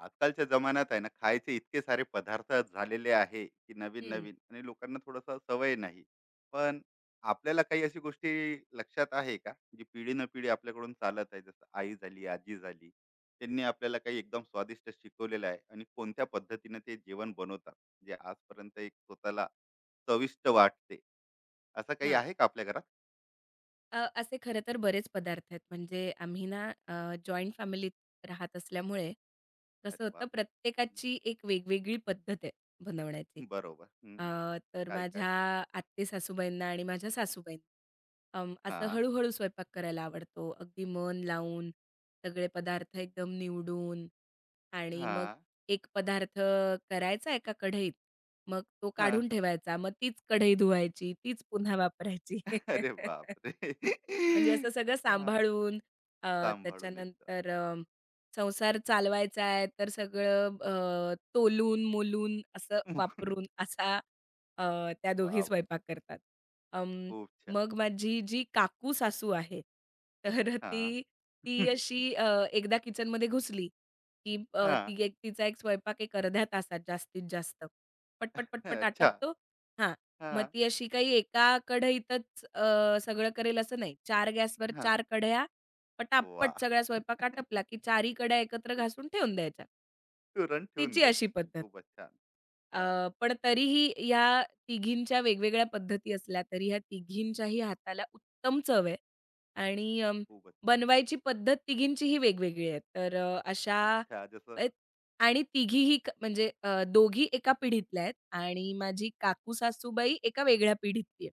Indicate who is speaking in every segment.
Speaker 1: आजकालच्या जमान्यात आहे ना खायचे इतके सारे पदार्थ झालेले आहे की नवीन
Speaker 2: हं,
Speaker 1: नवीन आणि लोकांना थोडंसं सवय नाही पण आपल्याला काही अशी गोष्टी लक्षात आहे का जी पिढी न पिढी आपल्याकडून चालत आहे जसं आई झाली आजी झाली त्यांनी आपल्याला काही एकदम स्वादिष्ट शिकवलेलं आहे आणि कोणत्या पद्धतीने ते जेवण बनवतात जे आजपर्यंत एक स्वतःला चविष्ट वाटते असं काही
Speaker 2: हां.
Speaker 1: आहे का आपल्या घरात?
Speaker 2: असे खरं तर बरेच पदार्थ आहेत. म्हणजे आम्ही ना जॉइंट फॅमिलीत राहत असल्यामुळे कसं
Speaker 1: अरे वा,
Speaker 2: होतं प्रत्येकाची एक वेगवेगळी पद्धत आहे बनवण्याची.
Speaker 1: बरोबर, हम्म.
Speaker 2: अ, तर
Speaker 1: काय काय?
Speaker 2: माझ्या आत्ते-सासूबाईंना आणि माझ्या सासूबाईंना
Speaker 1: हा,
Speaker 2: असं हळू-हळू स्वयंपाक करायला आवडतो. अगदी मन लावून, सगळे पदार्थ एकदम निवडून आणि
Speaker 1: हा,
Speaker 2: मग एक पदार्थ करायचा एका कढईत, मग तो
Speaker 1: हा.
Speaker 2: काढून ठेवायचा. मग तीच कढई धुवायची, तीच पुन्हा वापरायची.
Speaker 1: अरे बापरे!
Speaker 2: म्हणजे असं सगळं
Speaker 1: छान.
Speaker 2: सांभाळून अ,
Speaker 1: सांभाळून एकदम.
Speaker 2: त्याच्यानंतर संसार चालवायचा आहे, तर सगळं तोलून-मोलून असं वापरून असा अ, त्या
Speaker 1: वाह,
Speaker 2: दोघी
Speaker 1: वाह!
Speaker 2: स्वयंपाक करतात. अं,
Speaker 1: खूप छान.
Speaker 2: मग माझी जी काकू-सासू आहे, तर ती
Speaker 1: हां.
Speaker 2: ती अशी एकदा किचनमध्ये घुसली, की
Speaker 1: हां.
Speaker 2: ती एक तिचा एक स्वयंपाक एक अर्ध्या तासात जास्तीत जास्त. पट, पट,
Speaker 1: अच्छा.
Speaker 2: आटपतो. हां, मग
Speaker 1: हां,
Speaker 2: ती अशी काही एका कढईतच सगळं करेल असं नाही. 4 गॅसवर
Speaker 1: हां.
Speaker 2: 4 कढया, पटापट
Speaker 1: वाह!
Speaker 2: सगळा स्वयंपाक आटपला, की 4ही कढया एकत्र घासून ठेवून द्यायच्या.
Speaker 1: तुरंत ठेवून
Speaker 2: तिची अशी
Speaker 1: द्यायचं.
Speaker 2: पद्धत.
Speaker 1: खूपच छान. हां,
Speaker 2: अ, पण तरीही ह्या तिघींच्या वेगवेगळ्या पद्धती असल्या तरी ह्या तिघींच्याही हाताला उत्तम चव आहे आणि
Speaker 1: खूपच छान.
Speaker 2: बनवायची पद्धत तिघींचीही वेगवेगळी आहे. तर अशा
Speaker 1: अच्छा जसं,
Speaker 2: अ, आणि तिघीही म्हणजे दोघी एका पिढीतल्या आहेत आणि माझी काकू सासूबाई एका वेगळ्या पिढीतली आहे.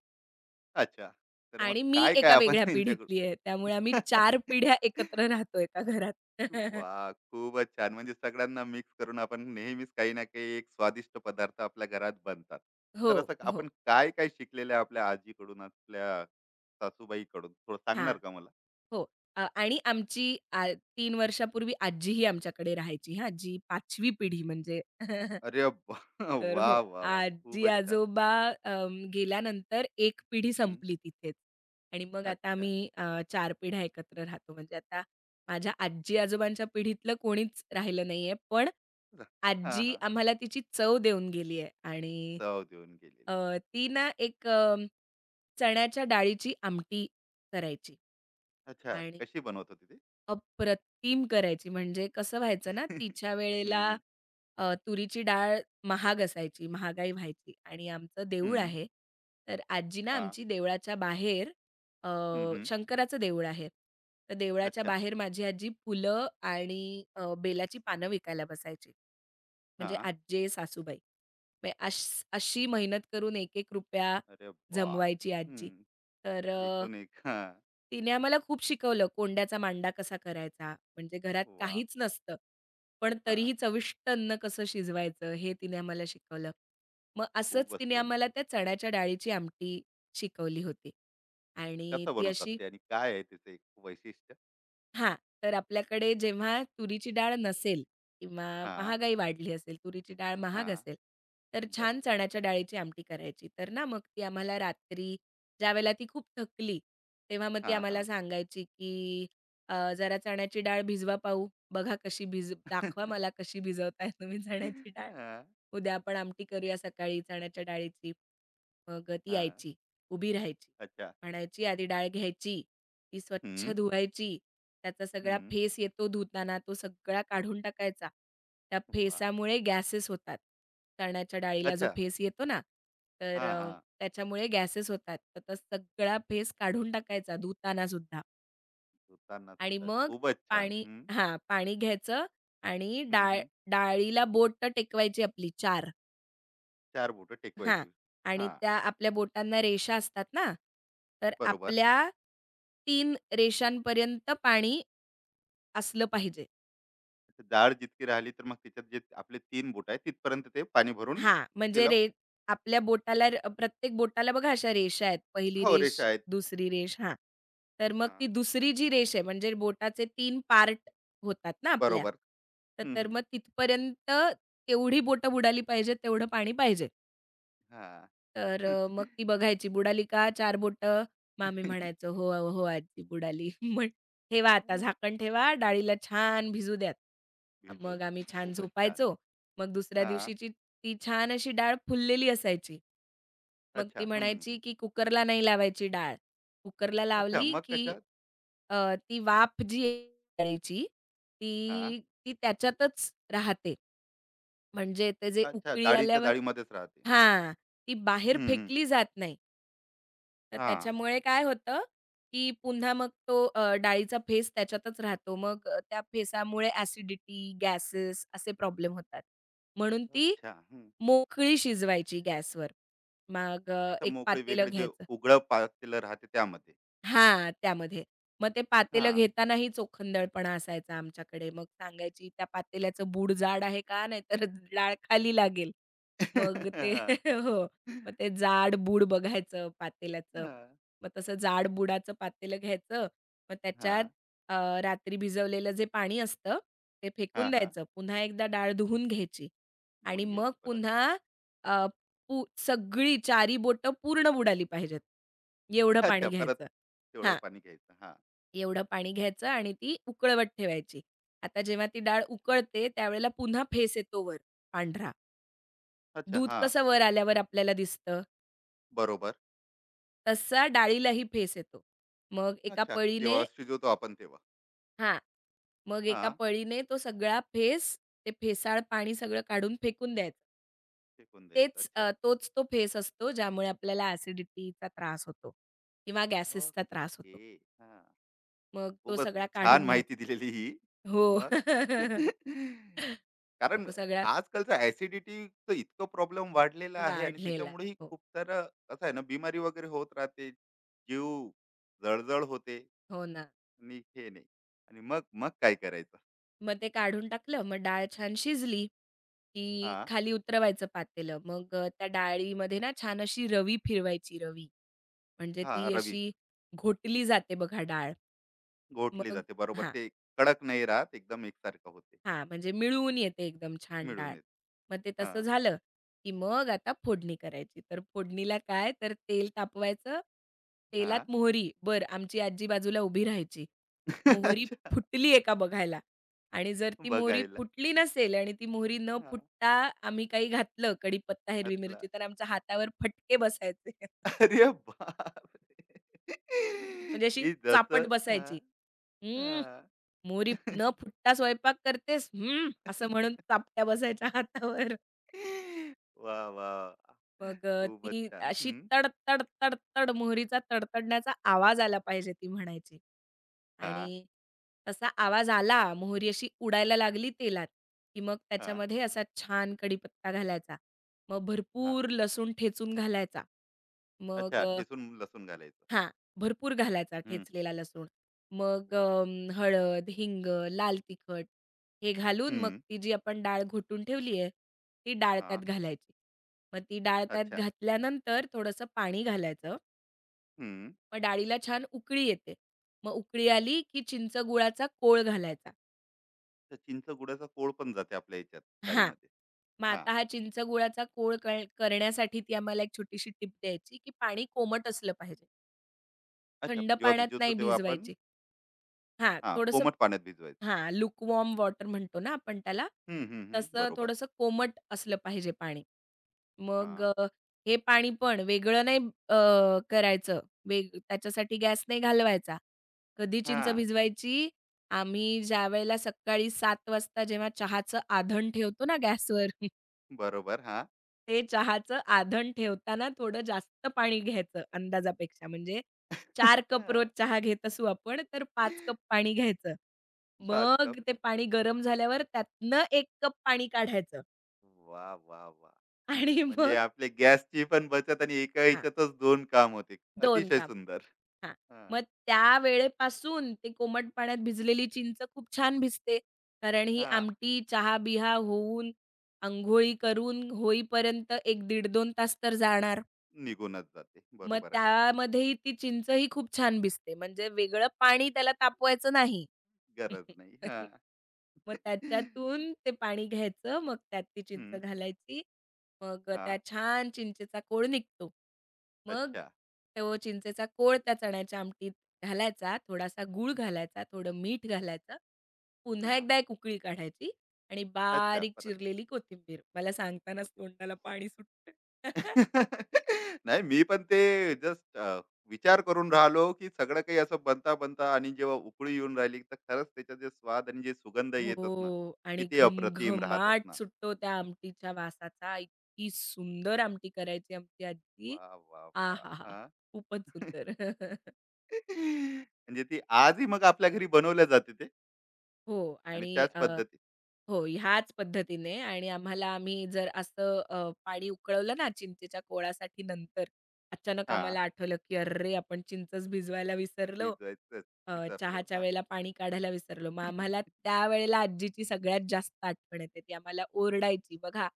Speaker 1: अच्छा. तर मग
Speaker 2: आणि मी
Speaker 1: काय-काय
Speaker 2: एका
Speaker 1: आपण
Speaker 2: वेगळ्या पिढीतली
Speaker 1: त्यांच्याकडून.
Speaker 2: आहे. त्यामुळे आम्ही चार पिढ्या एकत्र राहतो एका घरात.
Speaker 1: वा, खूपच छान. म्हणजे सगळ्यांना मिक्स करून आपण नेहमीच काही ना काही एक स्वादिष्ट पदार्थ आपल्या घरात बनतात.
Speaker 2: हो,
Speaker 1: तर असं
Speaker 2: हो.
Speaker 1: आपण काय-काय शिकलेलं आहे आपल्या आजीकडून, आपल्या सासूबाईकडून थोडं
Speaker 2: हां.
Speaker 1: सांगणार का मला?
Speaker 2: हो. आणि आमची आ 3 वर्षापूर्वी आजीही आमच्याकडे राहायची हां, जी 5वी पिढी म्हणजे
Speaker 1: अरे वाह!
Speaker 2: तर हो,
Speaker 1: वाह, वाह, वाह! खूपच छान.
Speaker 2: आजी-आजोबा गेल्यानंतर एक पिढी
Speaker 1: हं.
Speaker 2: संपली तिथेच आणि मग आता
Speaker 1: अच्छा.
Speaker 2: आम्ही 4 पिढ्या एकत्र राहतो. म्हणजे आता माझ्या आजी-आजोबांच्या पिढीतलं कोणीच राहिलं नाहीये. पण
Speaker 1: जा. हां,
Speaker 2: आजी
Speaker 1: हां.
Speaker 2: आम्हाला तिची चव देऊन गेली आहे आणि
Speaker 1: चव देऊन गेलेली.
Speaker 2: ती ना एक चण्याच्या डाळीची आमटी करायची
Speaker 1: अच्छा.
Speaker 2: आणि
Speaker 1: कशी बनवत होती ती?
Speaker 2: अप्रतिम करायची. म्हणजे कसं व्हायचं ना,
Speaker 1: हं,
Speaker 2: तिच्या वेळेला
Speaker 1: हं.
Speaker 2: तुरीची डाळ महाग असायची, महागाई व्हायची आणि आमचं देऊळ
Speaker 1: हं.
Speaker 2: आहे. तर आजी ना
Speaker 1: हां.
Speaker 2: आमची देवळाच्या बाहेर अ,
Speaker 1: हं, हं.
Speaker 2: शंकराचं देऊळ आहे. तर देवळाच्या
Speaker 1: अच्छा.
Speaker 2: बाहेर माझी आजी फुलं आणि बेलाची पानं विकायला बसायची. म्हणजे
Speaker 1: हां.
Speaker 2: आज्जे, सासूबाई. मग अशी मेहनत करून ₹1-₹1
Speaker 1: अरे
Speaker 2: जमवायची
Speaker 1: बापरे!
Speaker 2: आजी.
Speaker 1: हं.
Speaker 2: तर
Speaker 1: एकूण एक. हां.
Speaker 2: तिने आम्हाला खूप शिकवलं कोंड्याचा मांडा कसा करायचा. म्हणजे घरात
Speaker 1: वाह!
Speaker 2: काहीच नसतं, पण
Speaker 1: हां.
Speaker 2: तरीही चविष्ट अन्न कसं शिजवायचं हे तिने आम्हाला शिकवलं. मग असंच
Speaker 1: खूपच
Speaker 2: तिने
Speaker 1: सुंदर.
Speaker 2: आम्हाला त्या चण्याच्या डाळीची आमटी शिकवली होती आणि
Speaker 1: कसं
Speaker 2: ती
Speaker 1: बनवतात
Speaker 2: अशी
Speaker 1: ते आणि काय आहे त्याचं एक वैशिष्ट्य?
Speaker 2: हां, तर आपल्याकडे जेव्हा तुरीची डाळ नसेल किंवा
Speaker 1: हां,
Speaker 2: महागाई वाढली असेल, तुरीची डाळ महाग
Speaker 1: हां.
Speaker 2: असेल, तर छान
Speaker 1: बरोबर.
Speaker 2: चण्याच्या डाळीची आमटी करायची. तर ना मग ती आम्हाला रात्री ज्यावेळेला ती खूप थकली, तेव्हा मग ती
Speaker 1: हां,
Speaker 2: आम्हाला
Speaker 1: हां.
Speaker 2: सांगायची, की "जरा चण्याची डाळ भिजवा पाहू. बघा कशी दाखवा मला कशी भिजवताय तुम्ही चण्याची डाळ.
Speaker 1: हां,
Speaker 2: उद्या आपण आमटी करूया सकाळी चण्याच्या डाळीची." मग ती
Speaker 1: हां.
Speaker 2: यायची, उभी राहायची.
Speaker 1: अच्छा.
Speaker 2: म्हणायची, "आधी डाळ घ्यायची. ती स्वच्छ
Speaker 1: हं,
Speaker 2: धुवायची. त्याचा सगळा
Speaker 1: हं.
Speaker 2: फेस येतो धुताना तो सगळा काढून टाकायचा. त्या
Speaker 1: वाह!
Speaker 2: फेसामुळे गॅसेस होतात. चण्याच्या डाळीला जो
Speaker 1: अच्छा.
Speaker 2: फेस येतो ना, तर
Speaker 1: हां, हां.
Speaker 2: त्याच्यामुळे गॅसेस होतात. तर तो सगळा
Speaker 1: ते
Speaker 2: फेस काढून टाकायचा धुताना सुद्धा
Speaker 1: धुताना
Speaker 2: आणि
Speaker 1: सुद्धा
Speaker 2: मग
Speaker 1: खूपच छान.
Speaker 2: पाणी
Speaker 1: हं,
Speaker 2: हां, पाणी घ्यायचं आणि
Speaker 1: हं, हं.
Speaker 2: डाळीला बोटं टेकवायची आपली चार,
Speaker 1: 4 बोटं
Speaker 2: हां
Speaker 1: टेकवायची.
Speaker 2: आणि
Speaker 1: हां,
Speaker 2: त्या आपल्या बोटांना रेषा असतात ना, तर
Speaker 1: बरोबर.
Speaker 2: आपल्या 3 रेषांपर्यंत पाणी असलं पाहिजे.
Speaker 1: आता डाळ जितकी राहिली तर मग त्याच्यात जे आपले 3 बोटं आहेत तिथपर्यंत ते पाणी भरून
Speaker 2: हां, म्हणजे
Speaker 1: त्याला.
Speaker 2: रे आपल्या बोटाला प्रत्येक बोटाला बघा अशा रेषा आहेत. पहिली
Speaker 1: हो,
Speaker 2: रेष,
Speaker 1: रेषा आहेत.
Speaker 2: दुसरी रेष हां. तर मग
Speaker 1: हां,
Speaker 2: ती दुसरी जी रेष आहे म्हणजे बोटाचे 3 पार्ट होतात ना आपल्या.
Speaker 1: बरोबर.
Speaker 2: तर
Speaker 1: हं,
Speaker 2: तर
Speaker 1: हं.
Speaker 2: मग तिथपर्यंत तेवढी बोटं बुडाली पाहिजेत, तेवढं पाणी पाहिजे.
Speaker 1: हां.
Speaker 2: तर मग ती बघायची, "बुडाली का 4 बोटं?" मग आम्ही "हो, हो आजी बुडाली." मग "ठेवा आता झाकण ठेवा, डाळीला छान भिजू द्यात."
Speaker 1: भिजू
Speaker 2: मग
Speaker 1: द्या.
Speaker 2: आम्ही छान
Speaker 1: खूपच छान.
Speaker 2: झोपायचो. मग दुसऱ्या
Speaker 1: हां.
Speaker 2: दिवशीची ती छान अशी डाळ फुललेली असायची. मग ती
Speaker 1: अच्छा. हं.
Speaker 2: म्हणायची, की कुकरला नाही लावायची डाळ. कुकरला
Speaker 1: अच्छा.
Speaker 2: लावली,
Speaker 1: मग
Speaker 2: की
Speaker 1: कशात?
Speaker 2: ती वाफ जी आहे डाळीची,
Speaker 1: हां.
Speaker 2: ती ती त्याच्यातच राहते. म्हणजे ते जे
Speaker 1: अच्छा,
Speaker 2: उकळी
Speaker 1: डाळीच्या
Speaker 2: आल्यावर
Speaker 1: डाळीमध्येच राहते.
Speaker 2: हां, ती बाहेर
Speaker 1: हं, हं.
Speaker 2: फेकली जात नाही. तर
Speaker 1: हां.
Speaker 2: त्याच्यामुळे काय होतं, की पुन्हा मग तो डाळीचा फेस त्याच्यातच राहतो. मग त्या फेसामुळे ॲसिडिटी, गॅसेस असे प्रॉब्लेम होतात. म्हणून ती
Speaker 1: अच्छा. हं.
Speaker 2: मोकळी शिजवायची गॅसवर. मग
Speaker 1: आता
Speaker 2: एक पातेलं
Speaker 1: मोकळे-वेगळे जे
Speaker 2: घ्यायचं
Speaker 1: उघडं पातेलं राहते त्यामध्ये.
Speaker 2: हां, त्यामध्ये. मग ते पातेलं
Speaker 1: हां.
Speaker 2: घेतानाही चोखंदळपणा असायचा आमच्याकडे. मग सांगायची, "त्या पातेल्याचं बूड जाड आहे का? नाहीतर डाळ खाली लागेल." मग ते
Speaker 1: हां.
Speaker 2: हो. मग ते जाड-बूड बघायचं पातेल्याचं.
Speaker 1: हां.
Speaker 2: मग तसं जाड-बुडाचं पातेलं घ्यायचं. मग त्याच्यात
Speaker 1: हां.
Speaker 2: अ, रात्री भिजवलेलं जे पाणी असतं, ते
Speaker 1: हां,
Speaker 2: फेकून
Speaker 1: हां.
Speaker 2: द्यायचं. पुन्हा एकदा डाळ धुवून घ्यायची आणि
Speaker 1: धुवून
Speaker 2: मग
Speaker 1: घ्यायची परत.
Speaker 2: पुन्हा अ, सगळी 4ही बोटं पूर्ण बुडाली पाहिजेत. एवढं
Speaker 1: अच्छा,
Speaker 2: पाणी
Speaker 1: परत
Speaker 2: घ्यायचं.
Speaker 1: तेवढं
Speaker 2: हां,
Speaker 1: पाणी घ्यायचं. हां.
Speaker 2: एवढं पाणी घ्यायचं आणि ती उकळवत ठेवायची. आता जेव्हा ती डाळ उकळते त्यावेळेला पुन्हा फेस येतो वर पांढरा.
Speaker 1: अच्छा.
Speaker 2: दूध
Speaker 1: हां.
Speaker 2: कसं वर आल्यावर आपल्याला दिसतं,
Speaker 1: बरोबर.
Speaker 2: तसा डाळीलाही फेस येतो. मग एका
Speaker 1: अच्छा. जेव्हा
Speaker 2: पळीने
Speaker 1: शिजवतो आपण तेव्हा.
Speaker 2: हां, मग एका
Speaker 1: हां.
Speaker 2: पळीने तो सगळा फेस, ते फेसाळ पाणी सगळं काढून फेकून द्यायचं.
Speaker 1: फेकून द्यायचं. अच्छा.
Speaker 2: तोच तो फेस असतो ज्यामुळे आपल्याला ॲसिडिटीचा त्रास होतो किंवा गॅसेसचा त्रास
Speaker 1: ओके.
Speaker 2: होतो.
Speaker 1: हां.
Speaker 2: मग तो
Speaker 1: खूपच
Speaker 2: सगळा
Speaker 1: छान
Speaker 2: काढून
Speaker 1: माहिती
Speaker 2: घ्यायचा.
Speaker 1: दिलेली ही.
Speaker 2: हो.
Speaker 1: मग?
Speaker 2: मग
Speaker 1: कारण
Speaker 2: तो सगळा
Speaker 1: आजकालचं ऍसिडिटीचं इतकं प्रॉब्लेम वाढलेला आहे आणि
Speaker 2: वाढलेला आहे.
Speaker 1: त्याच्यामुळेही
Speaker 2: हो,
Speaker 1: खूप सारं कसं आहे ना, बिमारी वगैरे होत राहते, जीव जळजळ होते
Speaker 2: हो ना.
Speaker 1: आणि हे नाही. आणि मग मग काय करायचं?
Speaker 2: मग ते काढून टाकलं, मग डाळ छान शिजली, की
Speaker 1: हा,
Speaker 2: खाली उतरवायचं पातेलं. मग त्या डाळीमध्ये ना छान अशी रवी फिरवायची रवी. म्हणजे
Speaker 1: हा,
Speaker 2: ती
Speaker 1: रवी.
Speaker 2: अशी घोटली जाते बघा डाळ.
Speaker 1: गोठली
Speaker 2: मग
Speaker 1: जाते बरोबर
Speaker 2: हां.
Speaker 1: ते. कडक नाही राहत, एकदम एकसारखं होते.
Speaker 2: हां, म्हणजे मिळून येते एकदम छान डाळ.
Speaker 1: मिळून येत.
Speaker 2: मग ते
Speaker 1: हा,
Speaker 2: तसं झालं, की मग आता फोडणी करायची. तर फोडणीला काय तर तेल तापवायचं,
Speaker 1: हा.
Speaker 2: तेलात मोहरी बर, आमची आजी बाजूला उभी राहायची. मोहरी
Speaker 1: अच्छा,
Speaker 2: फुटली आहे का बघायला आणि जर ती मोहरी
Speaker 1: बघायला.
Speaker 2: फुटली नसेल आणि ती मोहरी न
Speaker 1: हा,
Speaker 2: फुटता आम्ही काही घातलं कढीपत्ता, हिरवी
Speaker 1: हातला.
Speaker 2: मिरची तर आमच्या हातावर फटके बसायचे.
Speaker 1: अरे बाप,
Speaker 2: म्हणजे अशी
Speaker 1: जस.
Speaker 2: चापट
Speaker 1: हा,
Speaker 2: बसायची. "हं,
Speaker 1: हा.
Speaker 2: मोहरी न फुटता स्वयंपाक करतेस? हं." असं म्हणून चापट्या बसायच्या हातावर.
Speaker 1: वाह! वाह! वाह!
Speaker 2: मग
Speaker 1: खूपच
Speaker 2: ती
Speaker 1: छान.
Speaker 2: अशी
Speaker 1: हं.
Speaker 2: तड, तड, तड, तड मोहरीचा तडतडण्याचा आवाज आला पाहिजे ती म्हणायची
Speaker 1: हां,
Speaker 2: आणि तसा आवाज आला, मोहरी अशी उडायला लागली तेलात, की मग
Speaker 1: हां,
Speaker 2: त्याच्यामध्ये असा छान कढीपत्ता घालायचा. मग
Speaker 1: हां.
Speaker 2: भरपूर लसूण ठेचून घालायचा. मग
Speaker 1: अच्छा,
Speaker 2: अ,
Speaker 1: ठेचून लसूण घालायचं.
Speaker 2: हां, भरपूर घालायचा
Speaker 1: हं.
Speaker 2: ठेचलेला लसूण. मग
Speaker 1: वाह!
Speaker 2: हळद, हिंग, लाल तिखट हे घालून मग
Speaker 1: हं.
Speaker 2: ती जी आपण डाळ घोटून ठेवली आहे, ती डाळ
Speaker 1: हां.
Speaker 2: त्यात घालायची. मग ती डाळ त्यात
Speaker 1: अच्छा.
Speaker 2: घातल्यानंतर थोडंसं पाणी घालायचं.
Speaker 1: हं.
Speaker 2: मग डाळीला छान उकळी येते. मग उकळी आली की चिंच गुळाचा कोळ घालायचा.
Speaker 1: तर चिंच गुळाचा कोळ पण जाते आपल्या याच्यात,
Speaker 2: हां,
Speaker 1: डाळीमध्ये.
Speaker 2: मग
Speaker 1: हां.
Speaker 2: आता हा चिंच गुळाचा कोळ करण्यासाठी ती आम्हाला एक छोटीशी टिप द्यायची, की पाणी कोमट असलं पाहिजे.
Speaker 1: अच्छा,
Speaker 2: थंड
Speaker 1: जेव्हा
Speaker 2: पाण्यात
Speaker 1: भिजवतो
Speaker 2: नाही
Speaker 1: तेव्हा आपण.
Speaker 2: भिजवायची. हां,
Speaker 1: हां,
Speaker 2: थोडंसं
Speaker 1: कोमट पाण्यात भिजवायचं.
Speaker 2: हां, लुकवॉर्म वॉटर म्हणतो ना आपण त्याला,
Speaker 1: हं, हं, हं.
Speaker 2: तसं
Speaker 1: बरोबर.
Speaker 2: थोडंसं कोमट असलं पाहिजे पाणी. मग
Speaker 1: हां.
Speaker 2: हे पाणी पण वेगळं नाही अ, करायचं. त्याच्यासाठी गॅस नाही घालवायचा. कधी चिंच
Speaker 1: हां.
Speaker 2: भिजवायची? आम्ही ज्यावेळेला सकाळी 7 वाजता जेव्हा चहाचं आधण ठेवतो ना गॅसवर.
Speaker 1: बरोबर. हां. 5
Speaker 2: ते चहाचं आधण ठेवताना थोडं जास्त पाणी घ्यायचं अंदाजापेक्षा. म्हणजे 4 कप रोज चहा घेत असू आपण, तर 5 कप पाणी घ्यायचं.
Speaker 1: कप.
Speaker 2: मग ते पाणी गरम झाल्यावर त्यातनं 1 कप पाणी काढायचं
Speaker 1: वाह! वाह! वाह!
Speaker 2: आणि
Speaker 1: म्हणजे
Speaker 2: मग
Speaker 1: आपले गॅसची पण बचत आणि एका
Speaker 2: हां,
Speaker 1: ह्याच्यातच 2 काम होते.
Speaker 2: 2
Speaker 1: अतिशय
Speaker 2: कामं.
Speaker 1: सुंदर.
Speaker 2: हां,
Speaker 1: हां.
Speaker 2: मग त्या वेळेपासून ते कोमट पाण्यात भिजलेली चिंच खूप छान भिजते. कारण ही
Speaker 1: हां.
Speaker 2: आमटी, चहा-बिहा होऊन, अंघोळी करून होईपर्यंत 1 दीड 2 तास तर जाणार.
Speaker 1: निघूनच जाते.
Speaker 2: मग
Speaker 1: बरोबर आहे.
Speaker 2: त्यामध्येही ती चिंचही खूप छान भिजते. म्हणजे वेगळं पाणी त्याला तापवायचं नाही.
Speaker 1: गरज नाही. हां.
Speaker 2: मग त्याच्यातून ते पाणी घ्यायचं, मग त्यात ती चिंच
Speaker 1: हं.
Speaker 2: घालायची. मग त्या
Speaker 1: हां.
Speaker 2: छान चिंचेचा कोळ निघतो. मग
Speaker 1: अच्छा.
Speaker 2: तो चिंचेचा कोळ त्या चण्याच्या आमटीत घालायचा, थोडासा गूळ घालायचा, थोडं मीठ घालायचं. पुन्हा
Speaker 1: हां.
Speaker 2: एकदा एक उकळी काढायची आणि
Speaker 1: अच्छा,
Speaker 2: बारीक
Speaker 1: परत एकदा
Speaker 2: चिरलेली कोथिंबीर. मला सांगतानाच
Speaker 1: होते.
Speaker 2: तोंडाला पाणी सुटतंय.
Speaker 1: नाही, मी पण ते, जस्ट विचार करून राहिलो, की सगळं काही असं बनता-बनता आणि जेव्हा उकळी येऊन राहिली, तर खरंच त्याचा जे स्वाद आणि जे सुगंध
Speaker 2: हो
Speaker 1: येत असणार,
Speaker 2: आणि
Speaker 1: किती अप्रतिम राहत
Speaker 2: घमघमाट
Speaker 1: असणार.
Speaker 2: सुटतो त्या आमटीच्या वासाचा. इतकी सुंदर आमटी करायची आमची आजी.
Speaker 1: वाह! वाह! वाह!
Speaker 2: आहाहा!
Speaker 1: हां.
Speaker 2: खूपच सुंदर.
Speaker 1: म्हणजे ती आजही मग आपल्या घरी बनवल्या जाते ते
Speaker 2: हो
Speaker 1: आणि
Speaker 2: आणि
Speaker 1: त्याच पद्धतीत.
Speaker 2: हो ह्याच पद्धतीने आणि आम्हाला आम्ही जर असं पाणी उकळवलं ना चिंचेच्या कोळासाठी नंतर, अचानक
Speaker 1: हां.
Speaker 2: आम्हाला आठवलं की "अरे! आपण चिंचच भिजवायला विसरलो."
Speaker 1: भिजवायचंच विसरलो.
Speaker 2: चहाच्या
Speaker 1: हां.
Speaker 2: वेळेला पाणी काढायला विसरलो. मग आम्हाला त्यावेळेला आजीची सगळ्यात जास्त आठवण येते. ती आम्हाला ओरडायची, "बघा,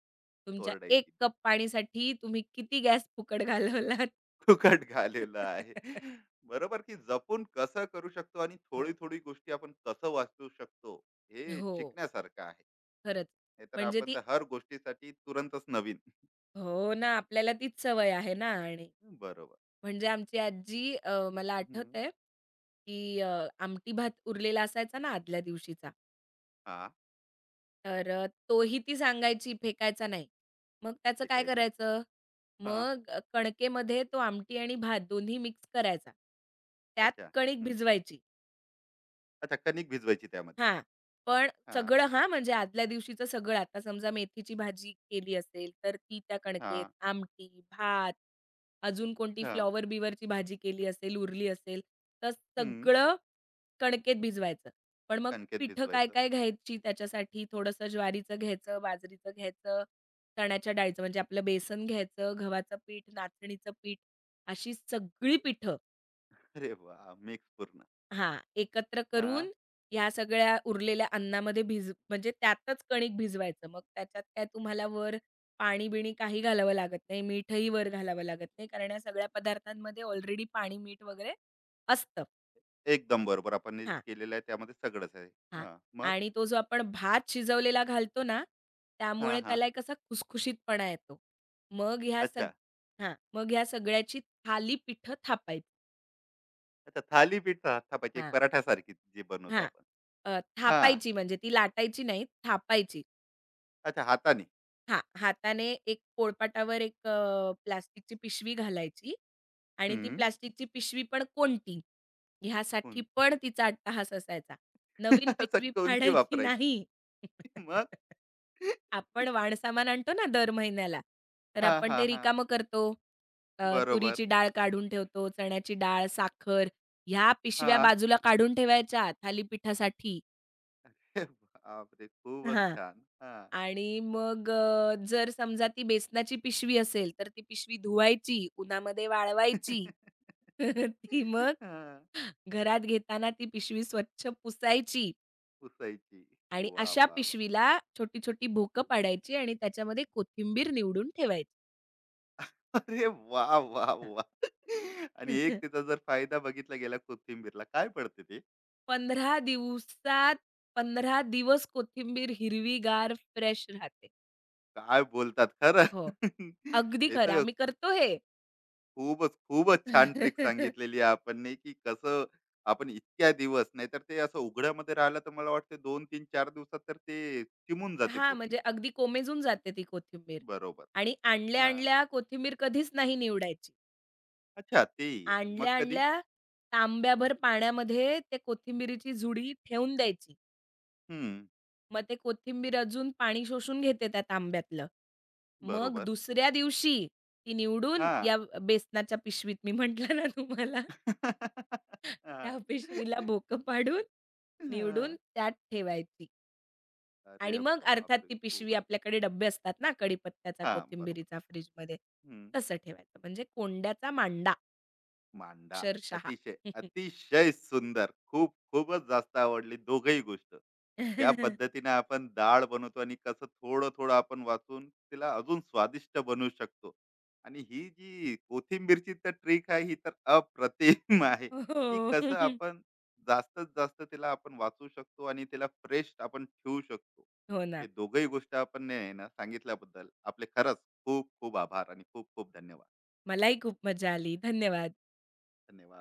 Speaker 2: तुमच्या एक
Speaker 1: ओरडायची
Speaker 2: कप पाणीसाठी तुम्ही किती गॅस फुकट घालवलात."
Speaker 1: फुकट घालेलं आहे. बरोबर, की जपून कसं करू शकतो आणि थोडी
Speaker 2: हो,
Speaker 1: थोडी गोष्टी आपण कसं वाचू शकतो, हे
Speaker 2: हो,
Speaker 1: शिकण्यासारखं आहे.
Speaker 2: खरंच.
Speaker 1: नाहीतर
Speaker 2: म्हणजे
Speaker 1: आपण
Speaker 2: ती
Speaker 1: तर हर गोष्टीसाठी तुरंतच नवीन.
Speaker 2: हो ना, आपल्याला तीच सवय आहे ना आणि
Speaker 1: बरोबर.
Speaker 2: म्हणजे आमची आजी मला
Speaker 1: हम्म.
Speaker 2: आठवतंय, की आमटी भात उरलेला असायचा ना आदल्या दिवशीचा
Speaker 1: हा,
Speaker 2: तर तोही ती सांगायची, फेकायचा नाही. मग त्याचं काय
Speaker 1: शिकायचं.
Speaker 2: करायचं?
Speaker 1: हा,
Speaker 2: मग कणकेमध्ये तो आमटी आणि भात दोन्ही मिक्स करायचा. त्यात
Speaker 1: अच्छा,
Speaker 2: कणिक
Speaker 1: हम्म.
Speaker 2: भिजवायची.
Speaker 1: अच्छा, कणिक भिजवायची त्यामध्ये.
Speaker 2: हां. पण
Speaker 1: हा,
Speaker 2: सगळं हां, म्हणजे आदल्या दिवशीचं सगळं. आता समजा मेथीची भाजी केली असेल, तर ती त्या
Speaker 1: हा,
Speaker 2: कणकेत, आमटी, भात, अजून कोणती
Speaker 1: हा,
Speaker 2: फ्लॉवर-बिवरची भाजी केली असेल, उरली असेल, तर
Speaker 1: हम्म,
Speaker 2: सगळं कणकेत भिजवायचं. पण मग
Speaker 1: कणकेत
Speaker 2: पिठं
Speaker 1: भिजवायचं.
Speaker 2: काय-काय घ्यायची त्याच्यासाठी थोडंसं ज्वारीचं घ्यायचं, बाजरीचं घ्यायचं, चण्याच्या डाळीचं म्हणजे आपलं बेसन घ्यायचं, गव्हाचं पीठ, नाचणीचं पीठ अशी सगळी पिठं
Speaker 1: अरे वा, मिक्स पूर्ण.
Speaker 2: हां, एकत्र
Speaker 1: हा,
Speaker 2: करून ह्या सगळ्या उरलेल्या अन्नामध्ये म्हणजे त्यातच कणिक भिजवायचं. मग त्याच्यात काय तुम्हाला वर पाणी-बिणी काही घालावं लागत नाही. मीठही वर घालावं लागत नाही. कारण या सगळ्या पदार्थांमध्ये ऑलरेडी पाणी, मीठ वगैरे असतं.
Speaker 1: एकदम बरोबर. आपण हे जे
Speaker 2: हां.
Speaker 1: केलेलं आहे त्यामध्ये सगळंच आहे.
Speaker 2: हां.
Speaker 1: हा, मग.
Speaker 2: आणि तो जो आपण भात शिजवलेला घालतो ना,
Speaker 1: हा,
Speaker 2: त्यामुळे
Speaker 1: हा.
Speaker 2: त्याला एक असा खुसखुशीतपणा येतो. मग ह्या सग
Speaker 1: अच्छा.
Speaker 2: हां. मग ह्या सगळ्याची थालीपीठं थापायची.
Speaker 1: अच्छा, थालीपीठ थापायची एक
Speaker 2: हां,
Speaker 1: पराठ्यासारखी जी बनवतो
Speaker 2: हां.
Speaker 1: आपण. हां.
Speaker 2: थापायची म्हणजे ती लाटायची नाही, थापायची.
Speaker 1: अच्छा, हाताने.
Speaker 2: हां. हाताने एक पोळपाटावर एक प्लास्टिकची पिशवी घालायची आणि ती
Speaker 1: हं.
Speaker 2: प्लास्टिकची पिशवी पण कोणती, ह्यासाठी
Speaker 1: कोण?
Speaker 2: पण तिचा अट्टाहास असायचा. नवीन
Speaker 1: असं
Speaker 2: पिशवी
Speaker 1: कोणती
Speaker 2: फाडायची
Speaker 1: वापरायची?
Speaker 2: नाही.
Speaker 1: मग?
Speaker 2: आपण वाणसामान आणतो ना दर महिन्याला, तर
Speaker 1: हां,
Speaker 2: आपण
Speaker 1: हां,
Speaker 2: ते
Speaker 1: हां.
Speaker 2: रिकामं करतो.
Speaker 1: बरोबर.
Speaker 2: तुरीची डाळ काढून ठेवतो, चण्याची डाळ, साखर ह्या पिशव्या
Speaker 1: हां.
Speaker 2: बाजूला काढून ठेवायच्या थालीपीठासाठी.
Speaker 1: बापरे! खूपच
Speaker 2: हां.
Speaker 1: छान. हां.
Speaker 2: आणि मग जर समजा ती बेसनाची पिशवी असेल, तर ती पिशवी धुवायची, उन्हामध्ये वाळवायची. ती मग
Speaker 1: हां.
Speaker 2: घरात घेताना ती पिशवी स्वच्छ पुसायची
Speaker 1: पुसायची.
Speaker 2: आणि
Speaker 1: वाह,
Speaker 2: अशा
Speaker 1: वाह, वाह!
Speaker 2: पिशवीला छोटी-छोटी भोकं पाडायची आणि त्याच्यामध्ये कोथिंबीर निवडून ठेवायची.
Speaker 1: अरे वाह, वाह,
Speaker 2: हां.
Speaker 1: वाह! आणि एक त्याचा जर फायदा बघितला गेला, कोथिंबीरला काय पडते ते?
Speaker 2: 15 दिवसात 15 दिवस कोथिंबीर हिरवीगार फ्रेश राहते.
Speaker 1: काय बोलतात खरं.
Speaker 2: हो. अगदी
Speaker 1: हे
Speaker 2: खरं
Speaker 1: तर
Speaker 2: आम्ही करतो हे.
Speaker 1: खूपच खूपच छान ट्रिक सांगितलेली आहे आपण, की कसं आपण इतक्या दिवस, नाहीतर ते असं उघड्यामध्ये राहिलं तर मला वाटतं दोन तीन चार दिवसात तर ते चिमून जाते
Speaker 2: हां,
Speaker 1: पूर्ण.
Speaker 2: म्हणजे अगदी कोमेजून जाते ती कोथिंबीर
Speaker 1: बरोबर.
Speaker 2: आणि
Speaker 1: हा,
Speaker 2: आणल्या-आणल्या कोथिंबीर कधीच नाही निवडायची.
Speaker 1: अच्छा, ते ही आहे. मग कधी?
Speaker 2: आणल्या-आणल्या तांब्याभर पाण्यामध्ये त्या कोथिंबीरीची जुडी ठेवून द्यायची.
Speaker 1: हम्म.
Speaker 2: मग ते कोथिंबीर अजून पाणी शोषून घेते त्या तांब्यातलं. मग
Speaker 1: बरोबर.
Speaker 2: दुसऱ्या दिवशी ती निवडून
Speaker 1: हा.
Speaker 2: या बेसनाच्या पिशवीत मी म्हटलं ना तुम्हाला
Speaker 1: हा.
Speaker 2: त्या पिशवीला बोकं पाडून,
Speaker 1: हा.
Speaker 2: निवडून त्यात ठेवायची आणि
Speaker 1: अरे
Speaker 2: मग
Speaker 1: बाप
Speaker 2: अर्थात
Speaker 1: रे,
Speaker 2: ती पिशवी
Speaker 1: खूपच.
Speaker 2: आपल्याकडे डब्बे असतात ना कढीपत्त्याचा,
Speaker 1: हा, बरोबर.
Speaker 2: कोथिंबिरीचा फ्रिजमध्ये,
Speaker 1: हम्म,
Speaker 2: तसं ठेवायचं. म्हणजे कोंड्याचा मांडा
Speaker 1: मांडा.
Speaker 2: अक्षरशः.
Speaker 1: अतिशय अतिशय सुंदर, खूप खूपच जास्त आवडली दोघही गोष्ट, ज्या पद्धतीने आपण डाळ बनवतो आणि कसं थोडं थोडं आपण वाचून तिला अजून स्वादिष्ट बनवू शकतो, आणि ही जी कोथिंबीरची तर ट्रिक आहे, ही तर अप्रतिम आहे, की
Speaker 2: हो.
Speaker 1: कसं आपण जास्तीत जास्त तिला आपण वाचू शकतो आणि तिला फ्रेश आपण ठेवू शकतो.
Speaker 2: हो
Speaker 1: हे
Speaker 2: ना.
Speaker 1: दोघही गोष्ट आपण ना सांगितल्याबद्दल आपले खरंच खूप खूप आभार आणि खूप खूप धन्यवाद.
Speaker 2: मलाही खूप मजा आली. धन्यवाद.
Speaker 1: धन्यवाद.